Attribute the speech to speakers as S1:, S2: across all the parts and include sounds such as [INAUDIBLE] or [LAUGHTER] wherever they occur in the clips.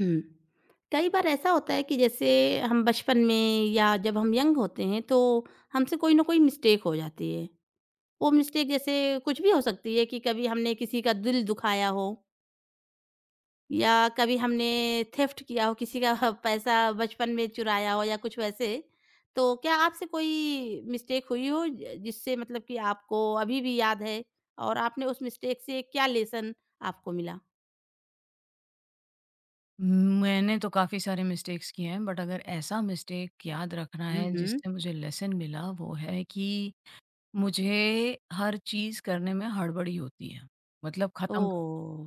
S1: हुँ। कई बार ऐसा होता है कि जैसे हम बचपन में या जब हम यंग होते हैं तो हमसे कोई ना कोई मिस्टेक हो जाती है। वो मिस्टेक जैसे कुछ भी हो सकती है कि कभी हमने किसी का दिल दुखाया हो या कभी हमने थेफ्ट किया हो, किसी का [LAUGHS] पैसा बचपन में चुराया हो या कुछ वैसे। तो क्या आपसे कोई मिस्टेक हुई हो ज जिससे मतलब कि आपको अभी भी याद है और आपने उस मिस्टेक से क्या लेसन आपको मिला?
S2: मैंने तो काफ़ी सारे मिस्टेक्स किए हैं बट अगर ऐसा मिस्टेक याद रखना
S1: हुँ,
S2: है
S1: हुँ।
S2: जिससे मुझे लेसन मिला वो है कि मुझे हर चीज़ करने में हड़बड़ी होती है। मतलब ख़त्म करो,
S1: ओह!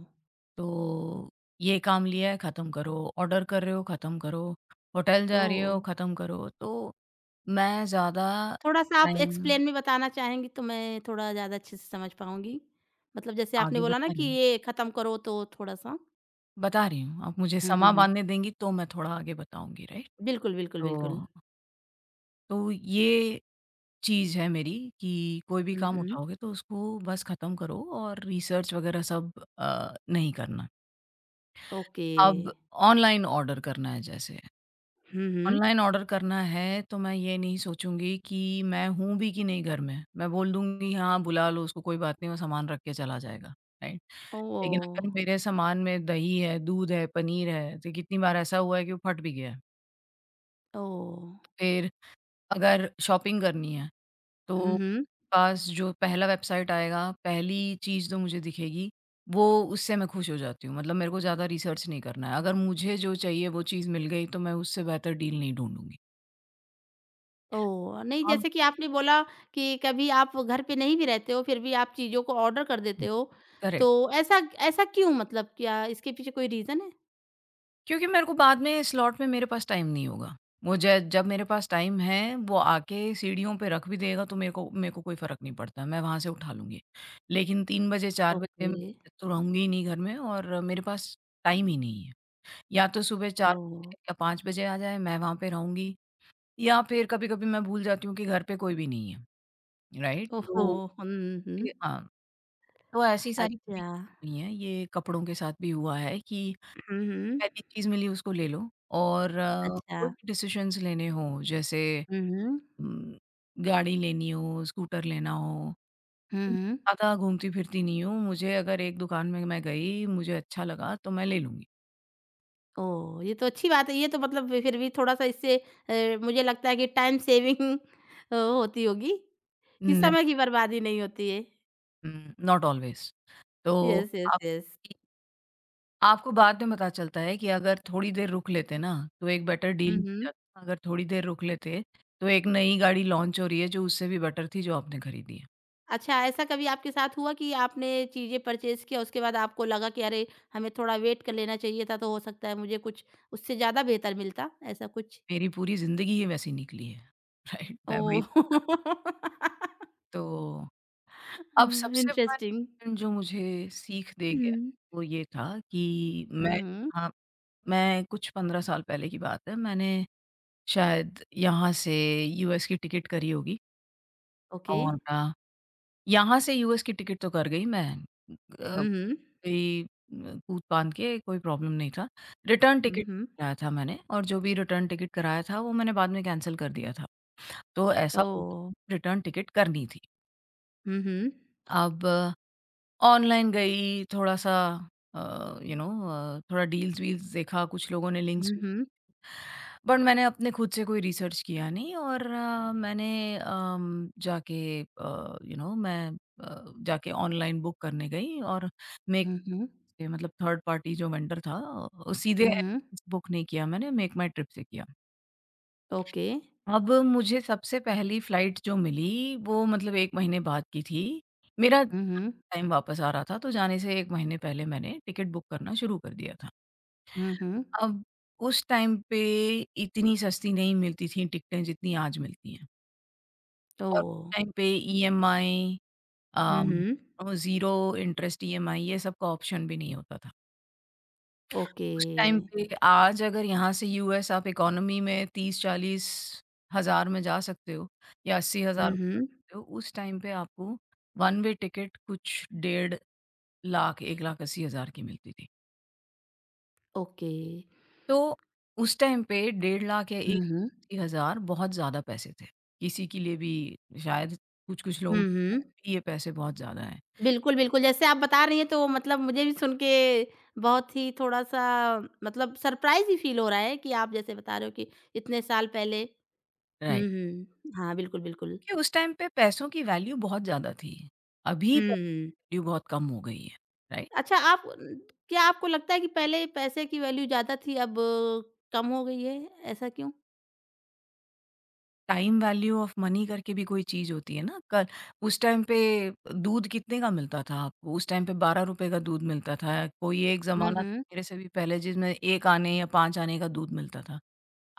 S2: तो ये काम लिया है ख़त्म करो, ऑर्डर कर रहे हो ख़त्म करो, होटल जा रही
S1: ओह!
S2: हो ख़त्म करो। तो मैं ज़्यादा
S1: थोड़ा-सा आप
S2: टाइम
S1: एक्सप्लेन में बताना चाहेंगी तो मैं थोड़ा ज़्यादा अच्छे से समझ पाऊँगी? मतलब जैसे आपने
S2: आगे
S1: बोला ना
S2: बता रही
S1: कि
S2: हूँ
S1: ये ख़त्म करो तो थोड़ा-सा
S2: बता रही हूँ, आप मुझे
S1: हुँ, हुँ,
S2: समा
S1: हुँ।
S2: बाँधने देंगी तो मैं थोड़ा आगे बताऊँगी राइट?
S1: बिल्कुल, बिल्कुल, बिल्कुल।
S2: तो तो ये चीज़ है मेरी कि कोई भी
S1: हुँ,
S2: काम
S1: हुँ।
S2: उठाओगे तो उसको बस ख़त्म करो और रिसर्च वग़ैरह सब नहीं करना।
S1: ओके।
S2: अब ऑनलाइन ऑर्डर करना है जैसे,
S1: हुँ, हुँ।
S2: ऑनलाइन ऑर्डर करना है तो मैं ये नहीं सोचूँगी कि मैं हूँ भी कि नहीं घर में। मैं बोल दूँगी हाँ, बुला लो उसको कोई बात नहीं, वो सामान रख के चला जाएगा, राइट? लेकिन
S1: ओह!
S2: अगर मेरे सामान में दही है, दूध है, पनीर है, तो कितनी बार ऐसा हुआ है कि वो फट भी गया है।
S1: ओह!
S2: फिर अगर शॉपिंग करनी है,
S1: हुँ,
S2: तो
S1: हुँ।
S2: पास जो पहला वेबसाइट आएगा, पहली चीज़ जो मुझे दिखेगी, वो उससे मैं खुश हो जाती हूँ। मतलब मेरे को ज़्यादा रिसर्च नहीं करना है। अगर मुझे जो चाहिए वो चीज़ मिल गई तो मैं उससे बेहतर डील नहीं ढूँढूँगी।
S1: ओह! नहीं
S2: अब
S1: जैसे कि आपने बोला कि कभी आप घर पे नहीं भी रहते हो, फिर भी आप चीज़ों को ऑर्डर कर देते
S2: हुँ।
S1: हो, तो
S2: करेक्ट।
S1: ऐसा ऐसा क्यों मतलब क्या इसके पीछे कोई रीज़न है?
S2: क्योंकि मेरे को बाद में स्लॉट में मेरे पास टाइम नहीं होगा। वो ज जब मेरे पास टाइम है, वो आके सीढ़ियों पे रख भी देगा तो मेरे को कोई फ़र्क नहीं पड़ता। मैं वहाँ से उठा लूँगी। लेकिन 3 बजे 4 बजे
S1: ओके।
S2: मैं तो रहूँगी ही नहीं घर में और मेरे पास टाइम ही नहीं है। या तो सुबह 4
S1: ओह!
S2: बजे या 5 बजे आ जाए, मैं वहाँ पे रहूँगी या फिर कभी-कभी मैं भूल जाती हूँ कि घर पे कोई भी नहीं है, राइट?
S1: ओह हो!
S2: तो
S1: हुँ, हुँ।
S2: ये हाँ, तो ऐसी सारी कभी
S1: अच्छा।
S2: हुई हैं, ये कपड़ों के साथ भी हुआ है कि
S1: हुँ, हुँ।
S2: पहली चीज़ मिली उसको ले लो और
S1: अच्छा।
S2: कोई भी डिसीजंस लेने हों जैसे
S1: हुँ, हुँ।
S2: उम, गाड़ी लेनी हो, स्कूटर लेना हो,
S1: हुँ, हुँ।
S2: ज़्यादा घूमती-फिरती नहीं हूँ, मुझे अगर एक दुकान में मैं गई, मुझे अच्छा लगा तो मैं ले लूँगी।
S1: ओह! ये तो अच्छी बात है, ये तो मतलब फिर भी थोड़ा-सा इससे मुझे लगता है कि टाइम सेविंग होती होगी, कि
S2: न
S1: समय की बर्बादी नहीं होती है।
S2: नॉट ऑलवेज़ तो
S1: यस, यस,
S2: आप
S1: यस।
S2: आपको बाद में पता चलता है कि अगर थोड़ी देर रुक लेते ना, तो एक बेटर
S1: हुँ,
S2: डील मिल
S1: हुँ।
S2: जाता। अगर थोड़ी देर रुक लेते, तो एक नई गाड़ी लॉन्च हो रही है जो उससे भी बेटर थी जो आपने खरीदी है।
S1: अच्छा ऐसा कभी आपके साथ हुआ कि आपने चीज़ें परचेज़ किया, उसके बाद आपको लगा कि अरे! हमें थोड़ा वेट कर लेना चाहिए था, तो हो सकता है मुझे कुछ उससे ज़्यादा बेहतर मिलता, ऐसा कुछ?
S2: मेरी पूरी ज़िंदगी ही वैसी निकली है। [LAUGHS] राइट, मैं वही
S1: ओह!
S2: तो
S1: हाँ,
S2: अब
S1: [LAUGHS]
S2: सबसे बड़ा
S1: इंटरेस्टिंग।
S2: लेसन जो मुझे सीख दे गया,
S1: हुँ।
S2: वो ये था कि
S1: हुँ,
S2: मैं
S1: हुँ।
S2: हाँ, मैं कुछ 15 साल पहले की बात है, मैंने शायद यहाँ से यूएस की टिकट करी होगी
S1: ओके।
S2: और यहाँ से यूएस की टिकट तो कर गई मैं। कोई
S1: Mhm.
S2: कूद-फाद के कोई प्रॉब्लम नहीं था। Return ticket
S1: Mhm.
S2: कराया था मैंने और जो भी रिटर्न टिकट कराया था वो मैंने बाद में कैंसल कर दिया था। तो ऐसा हुआ
S1: Oh.
S2: रिटर्न टिकट करनी थी।
S1: Mhm.
S2: अब ऑनलाइन गई थोड़ा-सा यू नो थोड़ा डील्स-वील्स देखा, कुछ लोगों ने लिंक्स
S1: Mhm.
S2: बट मैंने अपने खुद से कोई रिसर्च किया नहीं और मैंने जाके यू नो मैं जाके ऑनलाइन बुक करने गई और मे
S1: Mhm.
S2: ये मतलब थर्ड पार्टी जो वेंडर था सीधे
S1: Mhm.
S2: बुक नहीं किया मैंने मेक माई ट्रिप से किया।
S1: Okay.
S2: अब मुझे सबसे पहली फ्लाइट जो मिली वो मतलब 1 महीने बाद की थी। मेरा
S1: Mhm.
S2: टाइम वापस आ रहा था तो जाने से 1 महीने पहले मैंने टिकट बुक करना शुरू कर दिया था।
S1: Mhm.
S2: अब उस टाइम पे इतनी सस्ती नहीं मिलती थी टिकटें जितनी आज मिलती हैं और
S1: Oh.
S2: टाइम पे EMI um,
S1: Mhm.
S2: Zero interest EMI ये सब का ऑप्शन भी नहीं होता था। उस टाइम
S1: Okay.
S2: पे आज अगर यहाँ से यूएस आप इकोनॉमी में 30-40 हज़ार में जा सकते हो या 80,000 में जा
S1: Mhm,
S2: सकते हो, उस टाइम पे आपको वन वे टिकट कुछ डेढ़ लाख 1,80,000 की मिलती थी।
S1: ओके।
S2: तो उस टाइम पे डेढ़ लाख या
S1: हुँ, हुँ,
S2: 1,80,000 बहुत ज़्यादा पैसे थे। किसी के लिए भी शायद कुछ-कुछ लोगों के
S1: हुँ।
S2: साथ भी ये पैसे बहुत ज़्यादा हैं।
S1: बिल्कुल, बिल्कुल, जैसे आप बता रही हैं तो मतलब मुझे भी सुन के बहुत ही थोड़ा-सा मतलब सरप्राइज़ ही फ़ील हो रहा है कि आप जैसे बता रहे हो कि इतने साल पहले
S2: राइट,
S1: हुँ, हुँ। हाँ, बिल्कुल, बिल्कुल।
S2: कि उस टाइम पे पैसों की वैल्यू बहुत ज़्दा थी। अभी
S1: हुँ।
S2: वैल्यू बहुत कम हो गई है। राइट?
S1: अच्छा आप क्या आपको लगता है कि पहले पैसे की वैल्यू ज़्यादा थी अब कम हो गई है? ऐसा क्यों?
S2: टाइम वैल्यू ऑफ मनी करके भी कोई चीज़ होती है ना कल उस टाइम पे दूध कितने का मिलता था आपको? उस टाइम पे ₹12 का दूध मिलता था। कोई एक हुँ।
S1: हुँ,
S2: ज़माना
S1: हुँ।
S2: मेरे से भी पहले जिसमें 1 आने या 5 आने का दूध मिलता था।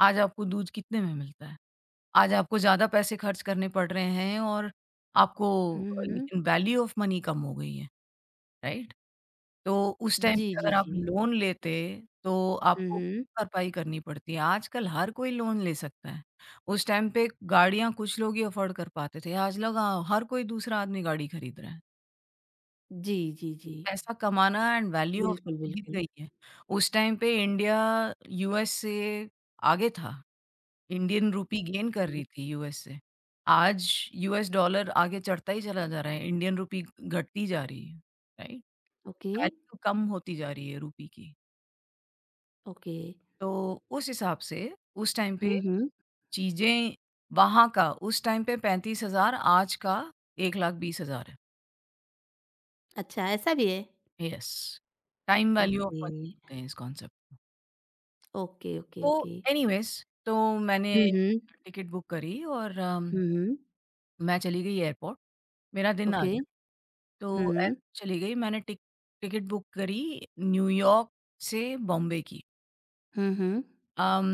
S2: आज आपको दूध कितने में मिलता है? आज आपको ज़्यादा पैसे खर्च करने पड़ रहे हैं और आपको
S1: हुँ, हुँ।
S2: लेकिन वैल्यू ऑफ मनी कम हो गई है, राइट? तो उस टाइम
S1: जी,
S2: पे
S1: जी,
S2: अगर आप
S1: जी।
S2: लोन लेते, तो
S1: हुँ,
S2: आपको
S1: हुँ।
S2: भरपाई करनी पड़ती है। आजकल हर कोई लोन ले सकता है। उस टाइम पे गाड़ियाँ कुछ लोग ही अफ़ोर्ड कर पाते थे। आज लोग हाँ, हर कोई दूसरा आदमी गाड़ी खरीद रहा है।
S1: जी, जी, जी।
S2: पैसा कमाना एंड वैल्यू ऑफ
S1: बिल्कुल,
S2: गिर
S1: बिल्कुल।
S2: गई है। उस टाइम पे इंडिया यूएस से आगे था। इंडियन रूपी गेन कर
S1: हुँ।
S2: रही थी यूएस से। आज यूएस डॉलर आगे चढ़ता ही चला जा रहा है। इंडियन रूपी घटती जा रही है, राइट?
S1: ओके,
S2: वैल्यू कम होती जा रही है रूपी की।
S1: ओके।
S2: तो उस हिसाब से उस टाइम
S1: हुँ,
S2: पे
S1: हुँ।
S2: चीज़ें वहाँ का उस टाइम पे 35,000 आज का 1,20,000 है।
S1: अच्छा ऐसा भी है?
S2: Yes, time value of
S1: okay,
S2: money बोलते हैं इस कॉन्सेप्ट को।
S1: ओके, ओके,
S2: तो
S1: ओके।
S2: एनीवेज़ तो मैंने
S1: हुँ, हुँ।
S2: टिकट बुक करी और
S1: हुँ, हुँ।
S2: मैं चली गई एयरपोर्ट, मेरा दिन आ
S1: ओके।
S2: गया। तो
S1: हुँ, हुँ।
S2: एयरपोर्ट चली गई मैंने टिकट बुक करी न्यूयॉर्क से बॉम्बे की।
S1: हुँ, हुँ।
S2: अम,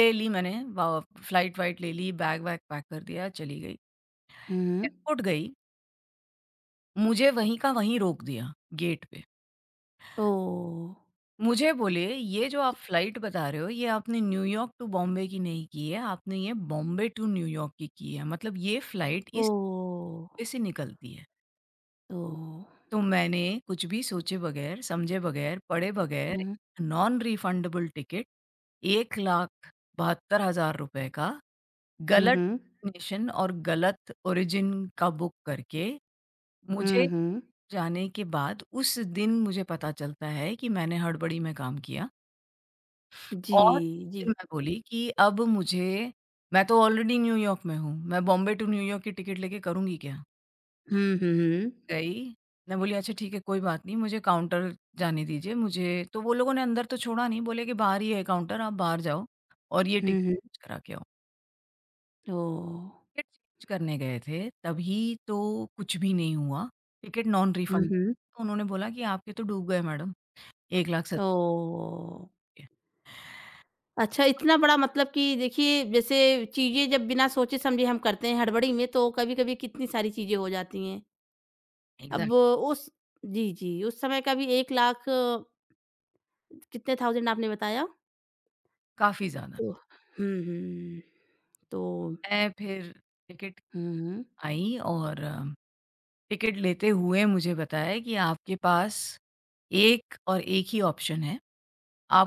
S2: ले ली मैंने व फ्लाइट-वाइट ले ली, बैग-वैग पैक कर दिया, चली गई।
S1: हुँ, हुँ।
S2: एयरपोर्ट गई मुझे वहीं का वहीं रोक दिया, गेट पे।
S1: ओह!
S2: मुझे बोले, "ये जो आप फ्लाइट बता रहे हो, ये आपने न्यूयॉर्क टू बॉम्बे की नहीं की है, आपने ये बॉम्बे टू न्यूयॉर्क की है। मतलब ये फ्लाइट इस
S1: ओह!
S2: पे से निकलती है।"
S1: ओह!
S2: तो मैंने कुछ भी सोचे बगैर, समझे बगैर, पढ़े बगैर
S1: हुँ,
S2: नॉन रिफंडेबल टिकट ₹1,72,000 रुपए का गलत
S1: हुँ।
S2: नेशन और गलत ओरिजिन का बुक करके
S1: हुँ,
S2: मुझे
S1: हुँ।
S2: जाने के बाद उस दिन मुझे पता चलता है कि मैंने हड़बड़ी में काम किया
S1: जी,
S2: और
S1: जी।
S2: फिर मैं बोली कि अब मुझे मैं तो ऑलरेडी न्यूयॉर्क में हूँ, मैं बॉम्बे टू न्यूयॉर्क की टिकट लेके करूँगी क्या?
S1: हुँ, हुँ, हुँ।
S2: गई, मैं बोली अच्छा ठीक है कोई बात नहीं मुझे काउंटर जाने दीजिए मुझे तो वो लोगों ने अंदर तो छोड़ा नहीं बोले कि बाहर ही है काउंटर आप बाहर जाओ और ये
S1: हुँ,
S2: टिकट
S1: हुँ।
S2: चेंज करा के आओ।
S1: ओह!
S2: टिकट चेंज करने गए थे तभी तो कुछ भी नहीं हुआ, टिकट नॉन
S1: हुँ,
S2: रिफंड
S1: हुँ।
S2: तो उन्होंने बोला कि आपके तो डूब गए मैडम 1,70,000।
S1: ओह! अच्छा इतना बड़ा मतलब कि देखिए जैसे चीज़ें जब बिना सोचे समझे हम करते हैं हड़बड़ी में तो कभी-कभी कितनी सारी चीज़ें हो जाती हैं। अब
S2: एग्ज़ैक्टली।
S1: उस जी, जी, उस समय का भी 1,00,000 कितने थाउज़ेंड आपने बताया?
S2: काफ़ी ज़्यादा।
S1: ओह! हुँ, हुँ। तो
S2: मैं फिर टिकट
S1: हुँ, हुँ।
S2: आई और टिकट लेते हुए मुझे बताया कि आपके पास एक और एक ही ऑप्शन है,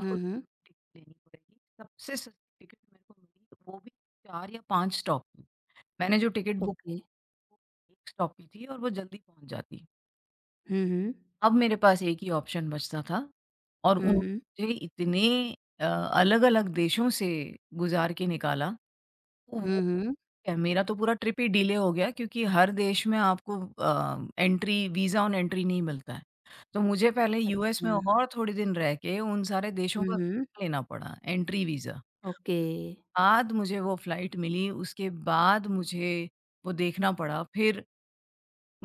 S1: हुँ, हुँ।
S2: टिकट लेनी पड़ेगी। सबसे सस्ती टिकट मेरे को मिली, तो वो भी 4 या 5 स्टॉप की। मैंने जो टिकट बुक की,
S1: ओके।
S2: वो 1 स्टॉप की थी और वो जल्दी पहुँच जाती।
S1: हुँ, हुँ।
S2: अब मेरे पास एक ही ऑप्शन बचता था और
S1: हुँ, हुँ।
S2: उन्होंने मुझे इतने अलग-अलग देशों से गुज़ार के निकाला।
S1: हुँ, हुँ।
S2: है, मेरा तो पूरा ट्रिप ही डिले हो गया क्योंकि हर देश में आपको एंट्री वीज़ा ऑन एंट्री नहीं मिलता है। तो मुझे पहले यूएस में
S1: हाँ।
S2: और थोड़े दिन रह के उन सारे देशों
S1: हुँ,
S2: का
S1: हुँ।
S2: लेना पड़ा एंट्री वीज़ा।
S1: ओके।
S2: बाद मुझे वो फ्लाइट मिली, उसके बाद मुझे वो देखना पड़ा। फिर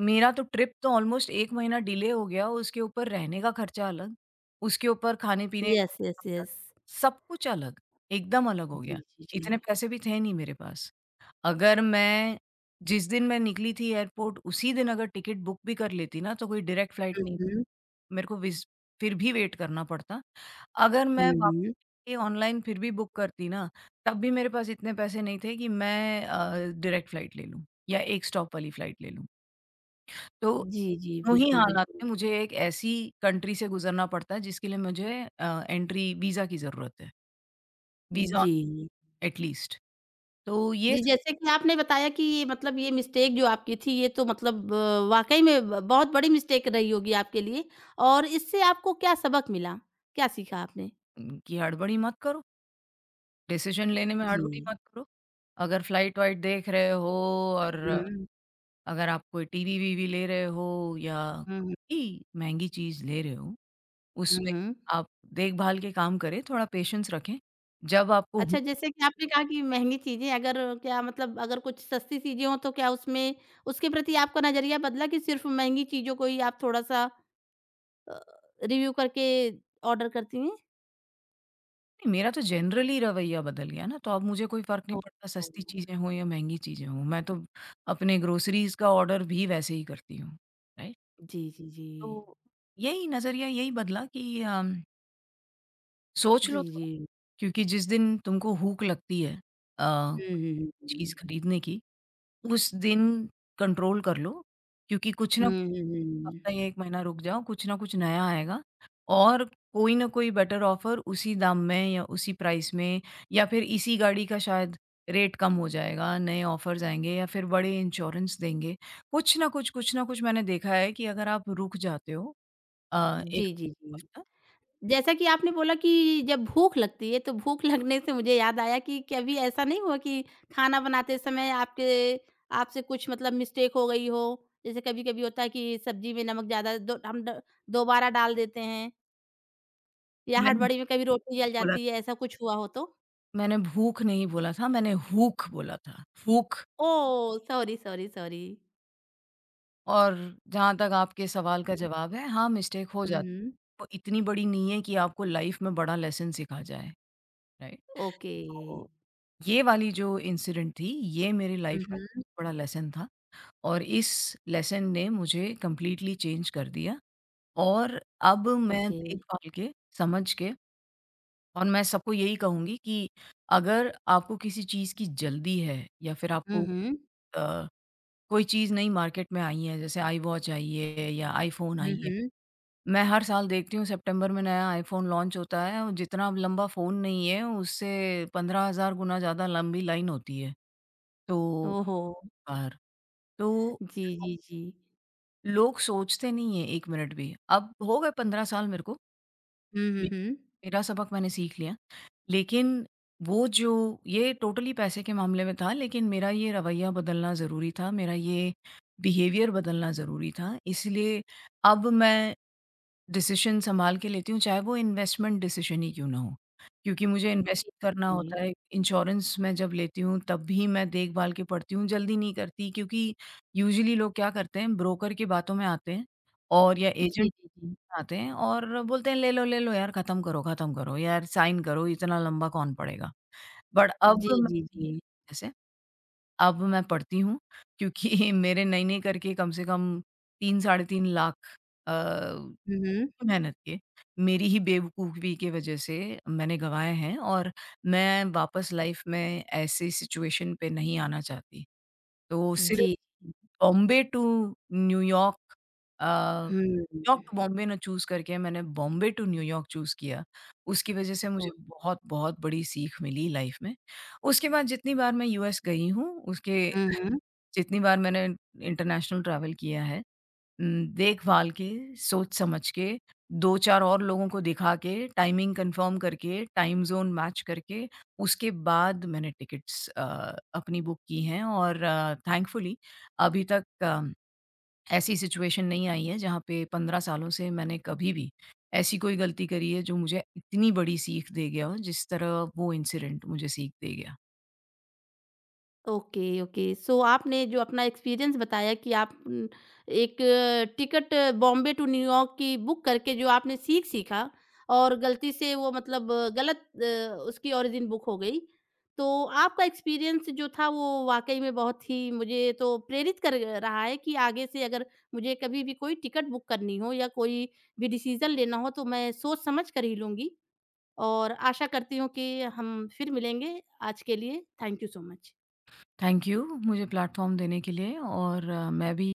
S2: मेरा तो ट्रिप तो ऑलमोस्ट 1 महीना डिले हो गया, उसके ऊपर रहने का खर्चा अलग, उसके ऊपर खाने-पीने
S1: यस, यस,
S2: का अलग,
S1: यस।
S2: सब कुछ अलग, एकदम अलग हो
S1: जी,
S2: गया।
S1: जी, जी।
S2: इतने पैसे भी थे नहीं मेरे पास। अगर मैं जिस दिन मैं निकली थी एयरपोर्ट उसी दिन अगर टिकट बुक भी कर लेती ना तो कोई डायरेक्ट फ्लाइट
S1: हुँ,
S2: नहीं
S1: हुँ।
S2: मेरे को विज़ फिर भी वेट करना पड़ता। अगर मैं
S1: हुँ, हुँ।
S2: वाक़ई ऑनलाइन फिर भी बुक करती ना, तब भी मेरे पास इतने पैसे नहीं थे कि मैं डायरेक्ट फ्लाइट ले लूँ या एक स्टॉप वाली फ्लाइट ले लूँ। तो
S1: जी, जी,
S2: दोनों ही
S1: बिल्कुल,
S2: हालात
S1: बिल्कुल।
S2: में मुझे एक ऐसी कंट्री से गुज़रना पड़ता है जिसके लिए मुझे एंट्री वीज़ा की ज़रूरत है, वीज़ा ऑन
S1: जी।
S2: At least. तो ये
S1: जी,
S2: सब
S1: जैसे कि आपने बताया कि ये मतलब ये मिस्टेक जो आपकी थी ये तो मतलब वाक़ई में ब बहुत बड़ी मिस्टेक रही होगी आपके लिए और इससे आपको क्या सबक मिला? क्या सीखा आपने?
S2: कि हड़बड़ी मत करो, डिसीज़न लेने में हड़बड़ी
S1: जी।
S2: मत करो। अगर फ्लाइट-वाइट देख रहे हो और हुँ।
S1: हुँ।
S2: अगर आप कोई टीवी-वीवी ले रहे हो या
S1: हुँ, हुँ,
S2: कोई महँगी चीज़ ले रहे हो,
S1: हुँ,
S2: उसमें
S1: हुँ।
S2: आप देखभाल के काम करें, थोड़ा पेशेंस रखें। जब आपको
S1: अच्छा
S2: हो
S1: जैसे कि आपने कहा कि महँगी चीज़ें अगर क्या मतलब अगर कुछ सस्ती चीज़ें हों तो क्या उसमें उसके प्रति आपका नज़रिया बदला कि सिर्फ़ महँगी चीज़ों को ही आप थोड़ा-सा रिव्यू करके ऑर्डर करती हैं?
S2: नहीं, मेरा तो जनरली रवैया बदल गया ना, तो अब मुझे कोई फ़र्क नहीं
S1: ओह!
S2: पड़ता सस्ती चीज़ें हों या महँगी चीज़ें हों, मैं तो अपने ग्रोसरीज़ का ऑर्डर भी वैसे ही करती हूँ, राइट?
S1: जी, जी, जी।
S2: तो यही नज़रिया यही बदला कि सोच
S1: जी,
S2: लो थोड़ा
S1: जी।
S2: क्योंकि जिस दिन तुमको हुक लगती है अ
S1: हुँ, हुँ, हुँ, हुँ।
S2: चीज़ खरीदने की, उस दिन कंट्रोल कर लो क्योंकि कुछ
S1: हुँ,
S2: ना कुछ
S1: हुँ, हुँ।
S2: हफ्ता या 1 महीना रुक जाओ, कुछ ना कुछ नया आएगा और कोई ना कोई बेटर ऑफ़र उसी दाम में या उसी प्राइस में या फिर इसी गाड़ी का शायद रेट कम हो जाएगा, नए ऑफ़र्स आएँगे या फिर बड़े इंश्योरेंस देंगे। कुछ ना कुछ मैंने देखा है कि अगर आप रुक जाते हो 1
S1: जी, जी, जी।
S2: हफ्ता
S1: जैसा कि आपने बोला कि जब भूख लगती है, तो भूख [LAUGHS] लगने से मुझे याद आया कि कभी ऐसा नहीं हुआ कि खाना बनाते समय आपके आपसे कुछ मतलब मिस्टेक हो गई हो? जैसे कभी-कभी होता है कि सब्ज़ी में नमक ज़्यादा दो हम द दोबारा डाल देते हैं या
S2: मैंने
S1: हड़बड़ी में कभी रोटी जल
S2: बोला
S1: जाती है, ऐसा कुछ हुआ हो तो?
S2: मैंने भूख नहीं बोला था, मैंने हूक बोला था। Hook.
S1: Oh! Sorry, sorry, sorry.
S2: और जहाँ तक आपके सवाल का
S1: हुँ,
S2: जवाब है, हाँ, मिस्टेक हो
S1: हुँ,
S2: जाती है।
S1: हुँ।
S2: वो इतनी बड़ी नहीं है कि आपको लाइफ़ में बड़ा लेसन सिखा जाए, राइट?
S1: ओके।
S2: तो ये वाली जो इंसिडेंट थी, ये मेरी
S1: हुँ,
S2: लाइफ़ का
S1: हुँ।
S2: बड़ा लेसन था और इस लेसन ने मुझे कंप्लीटली चेंज कर दिया और अब मैं
S1: ओके।
S2: देखभाल के, समझ के और मैं सबको यही कहूँगी कि अगर आपको किसी चीज़ की जल्दी है या फिर
S1: हुँ,
S2: आपको
S1: हुँ।
S2: अ, कोई चीज़ नई मार्केट में आई है, जैसे iWatch आई है या iPhone
S1: हुँ,
S2: आई है
S1: हुँ।
S2: मैं हर साल देखती हूँ सितंबर में नया आईफ़ोन लॉन्च होता है और जितना अब लंबा फ़ोन नहीं है उससे 15,000 गुना ज़्यादा लंबी लाइन होती है, तो
S1: ओहो!
S2: बाहर। तो
S1: जी, जी, जी।
S2: लोग सोचते नहीं हैं 1 मिनट भी। अब हो गए 15 साल मेरे को,
S1: हुँ, हुँ,
S2: मे
S1: हुँ।
S2: मेरा सबक मैंने सीख लिया। लेकिन वो जो ये टोटली पैसे के मामले में था लेकिन मेरा ये रवैया बदलना ज़रूरी था, मेरा ये बिहेवियर बदलना ज़रूरी था। इसलिए अब मैं डिसीज़न सँभाल के लेती हूँ, चाहे वो इन्वेस्टमेंट डिसीज़न ही क्यों ना हो। क्योंकि मुझे इन्वेस्ट
S1: जी,
S2: करना
S1: जी।
S2: होता है, इंश्योरेंस मैं जब लेती हूँ तब भी मैं देखभाल के पढ़ती हूँ, जल्दी नहीं करती क्योंकि यूजुअली लोग क्या करते हैं ब्रोकर की बातों में आते हैं और या
S1: जी,
S2: एजेंट
S1: जी, जी।
S2: आते हैं और बोलते हैं, ले लो यार, ख़त्म करो यार, साइन करो, इतना लंबा कौन पढ़ेगा?" बट अब
S1: जी,
S2: मैं
S1: जी,
S2: नहीं
S1: जी।
S2: करती ऐसे, अब मैं पढ़ती हूँ क्योंकि [LAUGHS] मेरे नई-नई करके कम से कम 3 साढ़े 3 लाख अ
S1: हुँ, हुँ।
S2: मेहनत के, मेरी ही बेवकूफ़ी की वजह से मैंने गँवाए हैं और मैं वापस लाइफ़ में ऐसी सिचुएशन पे नहीं आना चाहती। तो सिर्फ़
S1: जी।
S2: Bombay to New York uh, New York
S1: हुँ।
S2: टू बॉम्बे ना चूज़ करके मैंने बॉम्बे टू न्यूयॉर्क चूज़ किया। उसकी वजह से मुझे
S1: ओ
S2: बहुत-बहुत बड़ी सीख मिली लाइफ़ में। उसके बाद जितनी बार मैं यूएस गई हूँ, उसके
S1: हुँ, हुँ।
S2: जितनी बार मैंने इंटरनेशनल ट्रैवल किया है देखभाल के, सोच-समझ के, 2-4 और लोगों को दिखा के, टाइमिंग कन्फर्म करके, टाइम ज़ोन मैच करके, उसके बाद मैंने टिकट्स अपनी बुक की हैं और थैंकफुली अभी तक ऐसी सिचुएशन नहीं आई है जहाँ पे 15 सालों से मैंने कभी भी ऐसी कोई गलती करी है जो मुझे इतनी बड़ी सीख दे गया हो, जिस तरह वो इंसिडेंट मुझे सीख दे गया।
S1: Okay, okay. सो आपने जो अपना एक्सपीरियंस बताया कि आप एक टिकट बॉम्बे टू न्यूयॉर्क की बुक करके जो आपने सीखा और गलती से वो मतलब गलत उसकी ओरिजिन बुक हो गई। तो आपका एक्सपीरियंस जो था वो वाक़ई में बहुत ही मुझे तो प्रेरित कर रहा है कि आगे से अगर मुझे कभी भी कोई टिकट बुक करनी हो या कोई भी डिसीज़न लेना हो तो मैं सोच समझ कर ही लूँगी और आशा करती हूँ कि हम फिर मिलेंगे। आज के लिए thank you so much.
S2: Thank you मुझे प्लेटफ़ॉर्म देने के लिए और मैं भी